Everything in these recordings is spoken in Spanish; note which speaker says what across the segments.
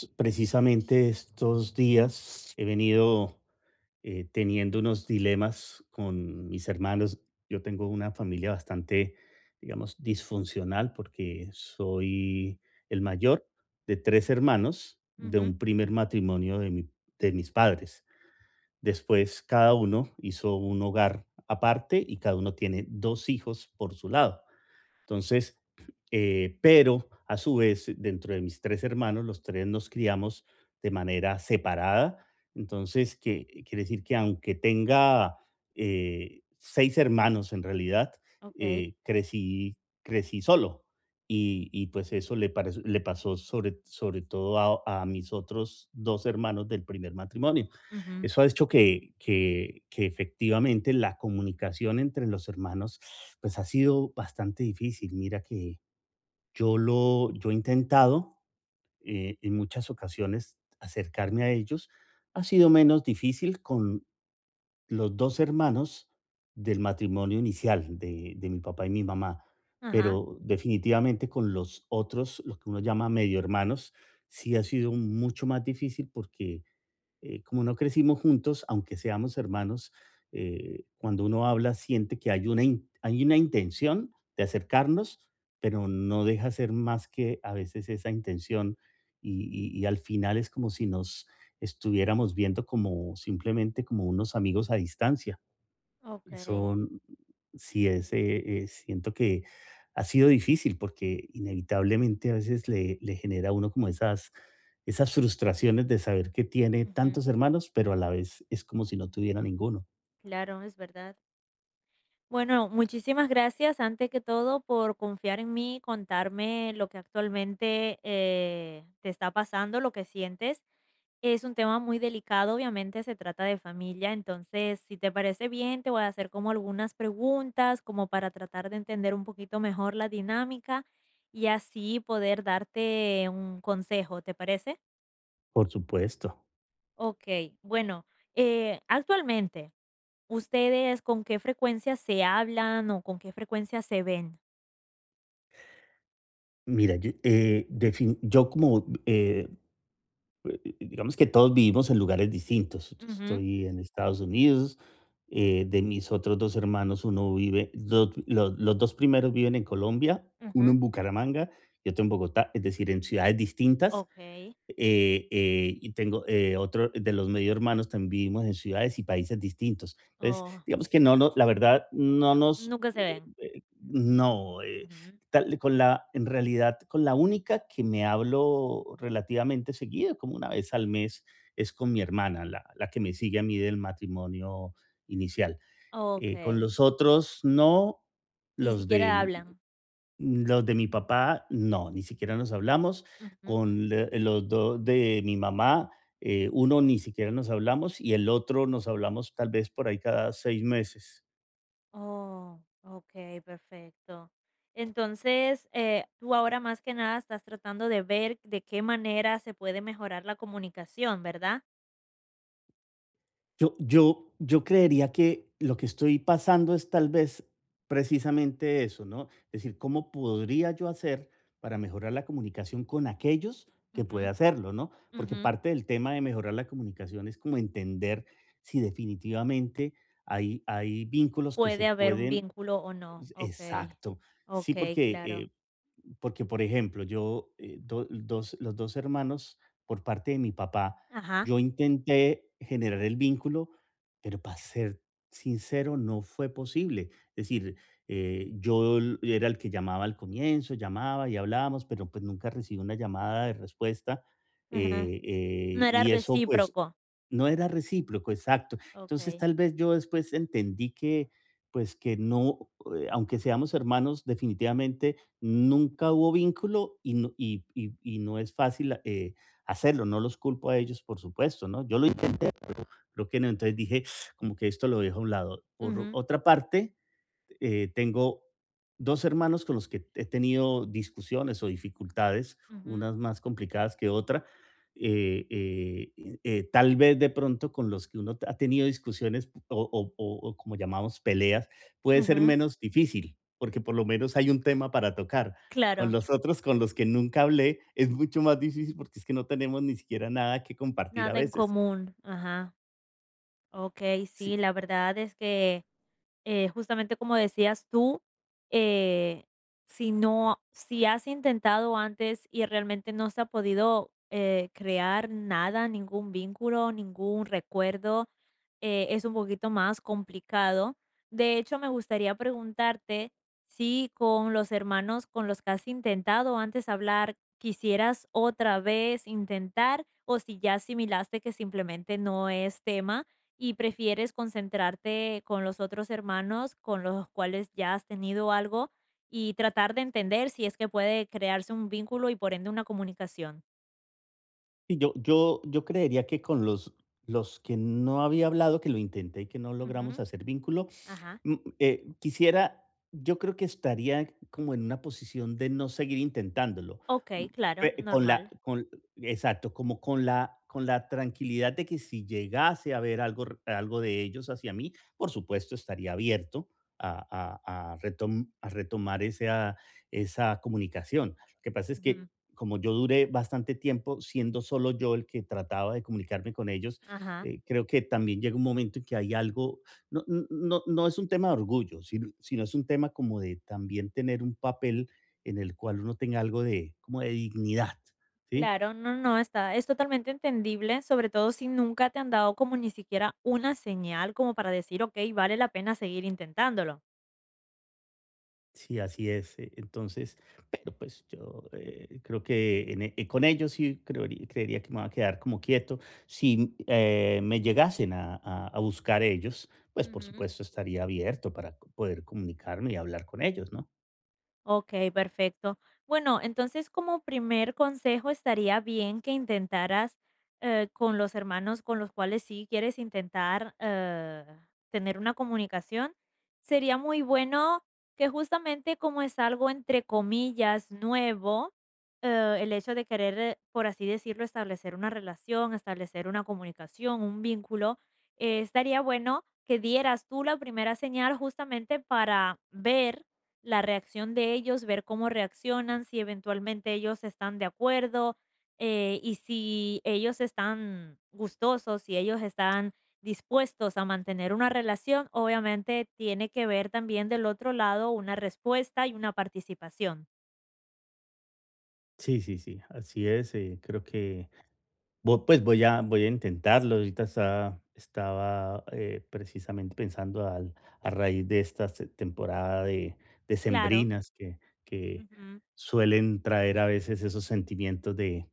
Speaker 1: Pues, precisamente estos días he venido teniendo unos dilemas con mis hermanos. Yo tengo una familia bastante, digamos, disfuncional porque soy el mayor de tres hermanos de
Speaker 2: Ujú,
Speaker 1: un primer matrimonio de, de mis padres. Después cada uno hizo un hogar aparte y cada uno tiene dos hijos por su lado. Entonces, pero a su vez, dentro de mis tres hermanos, los tres nos criamos de manera separada. Entonces, que quiere decir que aunque tenga seis hermanos en realidad,
Speaker 2: okey,
Speaker 1: eh, crecí, crecí solo. Y pues eso le, le pasó sobre, sobre todo a mis otros dos hermanos del primer matrimonio.
Speaker 2: ujú,
Speaker 1: Eso ha hecho que, que efectivamente la comunicación entre los hermanos pues ha sido bastante difícil. Mira que yo he intentado en muchas ocasiones acercarme a ellos. Ha sido menos difícil con los dos hermanos del matrimonio inicial de mi papá y mi mamá,
Speaker 2: ajá,
Speaker 1: pero definitivamente con los otros, lo que uno llama medio hermanos, sí ha sido mucho más difícil porque como no crecimos juntos, aunque seamos hermanos, cuando uno habla siente que hay una, hay una intención de acercarnos, pero no deja ser más que a veces esa intención y al final es como si nos estuviéramos viendo como simplemente como unos amigos a distancia.
Speaker 2: okey,
Speaker 1: Eso sí es, siento que ha sido difícil porque inevitablemente a veces le genera a uno como esas esas frustraciones de saber que tiene
Speaker 2: ujú,
Speaker 1: tantos hermanos, pero a la vez es como si no tuviera ninguno.
Speaker 2: claro, es verdad. Bueno, muchísimas gracias, antes que todo, por confiar en mí, contarme lo que actualmente, te está pasando, lo que sientes. Es un tema muy delicado, obviamente se trata de familia, entonces, si te parece bien, te voy a hacer como algunas preguntas, como para tratar de entender un poquito mejor la dinámica y así poder darte un consejo, ¿te parece?
Speaker 1: Por supuesto.
Speaker 2: Okey, bueno, actualmente, ¿ustedes con qué frecuencia se hablan o con qué frecuencia se ven?
Speaker 1: Mira, yo, digamos que todos vivimos en lugares distintos. Yo
Speaker 2: Ujú,
Speaker 1: estoy en Estados Unidos, de mis otros dos hermanos, uno vive, los dos primeros viven en Colombia, uno
Speaker 2: ujú.
Speaker 1: en Bucaramanga y otro en Bogotá, es decir, en ciudades distintas.
Speaker 2: Okey.
Speaker 1: Y tengo otro de los medio hermanos, también vivimos en ciudades y países distintos. Entonces,
Speaker 2: Oh,
Speaker 1: digamos que no, no, la verdad, no nos
Speaker 2: nunca se ven.
Speaker 1: no,
Speaker 2: Ujú.
Speaker 1: tal con la en realidad, con la única que me hablo relativamente seguido, como una vez al mes, es con mi hermana, la que me sigue a mí del matrimonio inicial. Con
Speaker 2: Okey,
Speaker 1: los otros no,
Speaker 2: ni
Speaker 1: los
Speaker 2: siquiera
Speaker 1: de
Speaker 2: hablan.
Speaker 1: los de mi papá, no, ni siquiera nos hablamos.
Speaker 2: Ujú.
Speaker 1: Con le los 2 de mi mamá, uno ni siquiera nos hablamos y el otro nos hablamos tal vez por ahí cada 6 meses.
Speaker 2: Oh, okey, perfecto. Entonces, tú ahora más que nada estás tratando de ver de qué manera se puede mejorar la comunicación, ¿verdad?
Speaker 1: Yo creería que lo que estoy pasando es tal vez precisamente eso, ¿no? Es decir, ¿cómo podría yo hacer para mejorar la comunicación con aquellos que puede
Speaker 2: Ujú.
Speaker 1: hacerlo, ¿no? Porque
Speaker 2: Ujú.
Speaker 1: parte del tema de mejorar la comunicación es como entender si definitivamente hay vínculos que se
Speaker 2: Puede haber un
Speaker 1: pueden.
Speaker 2: vínculo o no, okey,
Speaker 1: Exacto. Sí,
Speaker 2: okey,
Speaker 1: porque,
Speaker 2: claro.
Speaker 1: porque por ejemplo, yo, dos, los dos hermanos, por parte de mi papá,
Speaker 2: Ajá,
Speaker 1: yo intenté generar el vínculo, pero para ser sincero, no fue posible. Es decir, yo era el que llamaba al comienzo, llamaba y hablábamos, pero pues nunca recibí una llamada de respuesta.
Speaker 2: ajá. No era
Speaker 1: Y eso, pues,
Speaker 2: recíproco,
Speaker 1: no era recíproco, exacto. Entonces,
Speaker 2: okey.
Speaker 1: tal vez yo después entendí que, pues, que no, aunque seamos hermanos, definitivamente nunca hubo vínculo y no, y no es fácil hacerlo. No los culpo a ellos, por supuesto, ¿no? Yo lo intenté, creo que no. Entonces dije, como que esto lo dejo a un lado. Por
Speaker 2: Ujú,
Speaker 1: otra parte, tengo dos hermanos con los que he tenido discusiones o dificultades,
Speaker 2: ujú,
Speaker 1: unas más complicadas que otra. Tal vez de pronto con los que uno ha tenido discusiones o como llamamos peleas, puede ser
Speaker 2: ujú.
Speaker 1: menos difícil, porque por lo menos hay un tema para tocar. Con
Speaker 2: Claro,
Speaker 1: los otros, con los que nunca hablé, es mucho más difícil porque es que no tenemos ni siquiera nada que compartir a
Speaker 2: nada en
Speaker 1: veces.
Speaker 2: común, ajá. Okey,
Speaker 1: Sí.
Speaker 2: sí, la verdad es que, justamente como decías tú, eh, si no si has intentado antes y realmente no se ha podido, crear nada, ningún vínculo, ningún recuerdo, es un poquito más complicado. De hecho, me gustaría preguntarte si con los hermanos con los que has intentado antes hablar, quisieras otra vez intentar o si ya asimilaste que simplemente no es tema y prefieres concentrarte con los otros hermanos con los cuales ya has tenido algo y tratar de entender si es que puede crearse un vínculo y por ende una comunicación.
Speaker 1: Y yo creería que con los que no había hablado, que lo intenté y que no logramos
Speaker 2: Ujú,
Speaker 1: hacer vínculo,
Speaker 2: Ajá.
Speaker 1: Quisiera, yo creo que estaría como en una posición de no seguir intentándolo.
Speaker 2: Ok,
Speaker 1: Mm,
Speaker 2: claro,
Speaker 1: Con la,
Speaker 2: normal.
Speaker 1: con, exacto, como con la tranquilidad de que si llegase a ver algo, algo de ellos hacia mí, por supuesto estaría abierto a, a a retomar esa, esa comunicación. Lo que pasa es que
Speaker 2: Ujú,
Speaker 1: como yo duré bastante tiempo siendo solo yo el que trataba de comunicarme con ellos,
Speaker 2: Ajá.
Speaker 1: creo que también llega un momento en que hay algo no, no, no es un tema de orgullo, sino, sino es un tema como de también tener un papel en el cual uno tenga algo de, como de dignidad, ¿sí?
Speaker 2: Claro, no, no, está, es totalmente entendible, sobre todo si nunca te han dado como ni siquiera una señal como para decir, ok, vale la pena seguir intentándolo.
Speaker 1: Sí, así es. Entonces, pero pues yo creo que en con ellos sí creería, creería que me va a quedar como quieto. Si me llegasen a, a buscar ellos, pues por
Speaker 2: Ujú.
Speaker 1: supuesto estaría abierto para poder comunicarme y hablar con ellos, ¿no?
Speaker 2: Okey, perfecto. Bueno, entonces, como primer consejo, estaría bien que intentaras, con los hermanos con los cuales sí quieres intentar, tener una comunicación, sería muy bueno que justamente como es algo entre comillas "nuevo", el hecho de querer, por así decirlo, establecer una relación, establecer una comunicación, un vínculo, estaría bueno que dieras tú la primera señal justamente para ver la reacción de ellos, ver cómo reaccionan, si eventualmente ellos están de acuerdo, y si ellos están gustosos, si ellos están dispuestos a mantener una relación, obviamente tiene que ver también del otro lado una respuesta y una participación.
Speaker 1: Sí, sí, sí, así es. Creo que Pues voy a, voy a intentarlo. Ahorita estaba precisamente pensando a raíz de esta temporada de
Speaker 2: Claro.
Speaker 1: sembrinas que
Speaker 2: Ujú.
Speaker 1: suelen traer a veces esos sentimientos de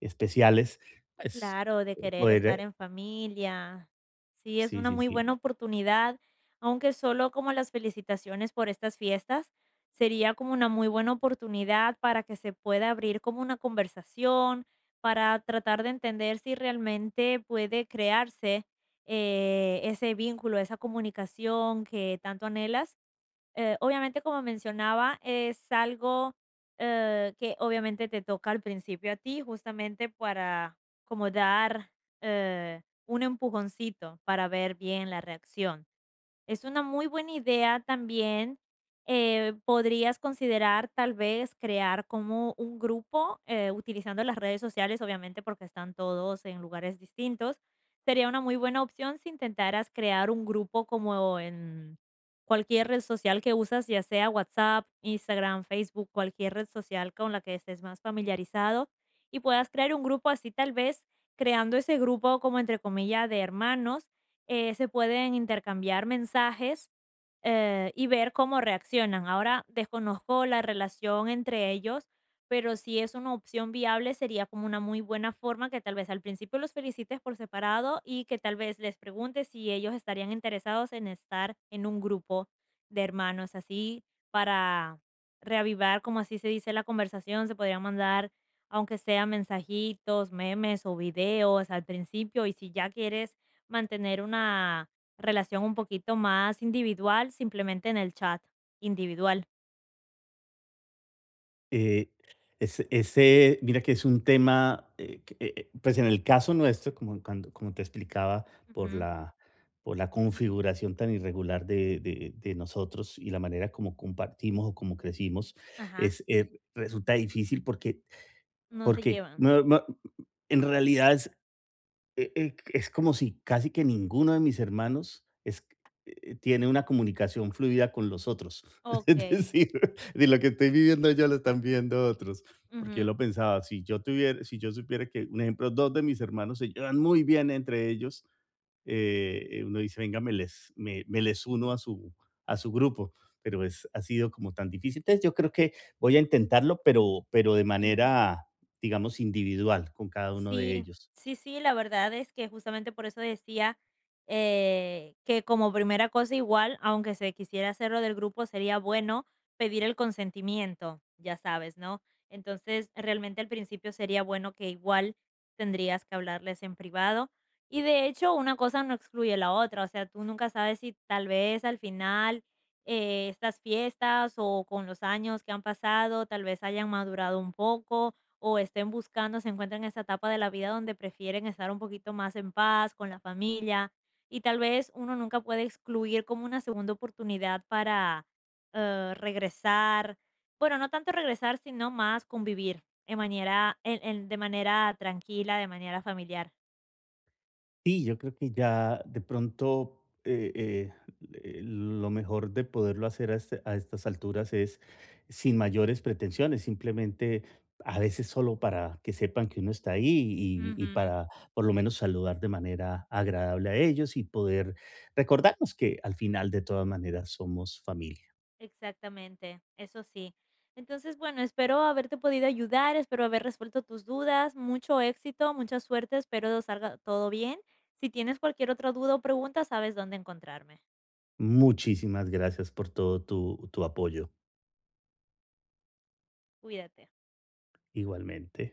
Speaker 1: especiales. Pues,
Speaker 2: Claro, de querer
Speaker 1: poder,
Speaker 2: estar en familia. Sí, es
Speaker 1: sí,
Speaker 2: una
Speaker 1: sí,
Speaker 2: muy
Speaker 1: sí.
Speaker 2: buena oportunidad, aunque solo como las felicitaciones por estas fiestas, sería como una muy buena oportunidad para que se pueda abrir como una conversación, para tratar de entender si realmente puede crearse ese vínculo, esa comunicación que tanto anhelas obviamente, como mencionaba, es algo que obviamente te toca al principio a ti, justamente para como dar un empujoncito para ver bien la reacción. Es una muy buena idea también. Podrías considerar tal vez crear como un grupo utilizando las redes sociales, obviamente porque están todos en lugares distintos. Sería una muy buena opción si intentaras crear un grupo como en cualquier red social que usas, ya sea WhatsApp, Instagram, Facebook, cualquier red social con la que estés más familiarizado y puedas crear un grupo así tal vez creando ese grupo como entre comillas de hermanos se pueden intercambiar mensajes y ver cómo reaccionan. Ahora desconozco la relación entre ellos, pero si es una opción viable sería como una muy buena forma que tal vez al principio los felicites por separado y que tal vez les preguntes si ellos estarían interesados en estar en un grupo de hermanos, así para reavivar, como así se dice, la conversación, se podrían mandar aunque sea mensajitos, memes o videos al principio y si ya quieres mantener una relación un poquito más individual, simplemente en el chat, individual.
Speaker 1: Eh, es ese mira que es un tema, pues en el caso nuestro, como cuando como te explicaba, por
Speaker 2: Ujú,
Speaker 1: la por la configuración tan irregular de de nosotros y la manera como compartimos o como crecimos,
Speaker 2: ajá,
Speaker 1: es, resulta difícil porque
Speaker 2: no se
Speaker 1: porque
Speaker 2: llevan.
Speaker 1: no no en realidad es como si casi que ninguno de mis hermanos es tiene una comunicación fluida con los otros. Es
Speaker 2: Okey,
Speaker 1: decir, de lo que estoy viviendo yo lo están viviendo otros, porque yo
Speaker 2: ujú,
Speaker 1: lo pensaba, si yo tuviera si yo supiera que, un ejemplo, 2 de mis hermanos se llevan muy bien entre ellos, uno dice: "Venga, me les uno a su grupo", pero es ha sido como tan difícil. Entonces, yo creo que voy a intentarlo, pero de
Speaker 2: y
Speaker 1: manera, digamos, individual con cada uno de
Speaker 2: sí,
Speaker 1: ellos.
Speaker 2: sí, sí, la verdad es que justamente por eso decía, que como primera cosa igual, aunque se quisiera hacerlo del grupo, sería bueno pedir el consentimiento, ya sabes, ¿no? Entonces, realmente al principio sería bueno que igual tendrías que hablarles en privado. Y de hecho, una cosa no excluye la otra, o sea, tú nunca sabes si tal vez al final estas fiestas o con los años que han pasado, tal vez hayan madurado un poco o estén buscando, se encuentran en esa etapa de la vida donde prefieren estar un poquito más en paz con la familia y tal vez uno nunca puede excluir como una segunda oportunidad para regresar, bueno, no tanto regresar, sino más convivir en manera, de manera tranquila, de manera familiar.
Speaker 1: Sí, yo creo que ya de pronto lo mejor de poderlo hacer a, a estas alturas es sin mayores pretensiones, simplemente a veces solo para que sepan que uno está ahí y
Speaker 2: Ujú.
Speaker 1: para por lo menos saludar de manera agradable a ellos y poder recordarnos que al final de todas maneras somos familia.
Speaker 2: Exactamente, eso sí. Entonces, bueno, espero haberte podido ayudar, espero haber resuelto tus dudas, mucho éxito, mucha suerte, espero salga todo bien. Si tienes cualquier otra duda o pregunta, sabes dónde encontrarme.
Speaker 1: Muchísimas gracias por todo tu apoyo
Speaker 2: Cuídate.
Speaker 1: igualmente.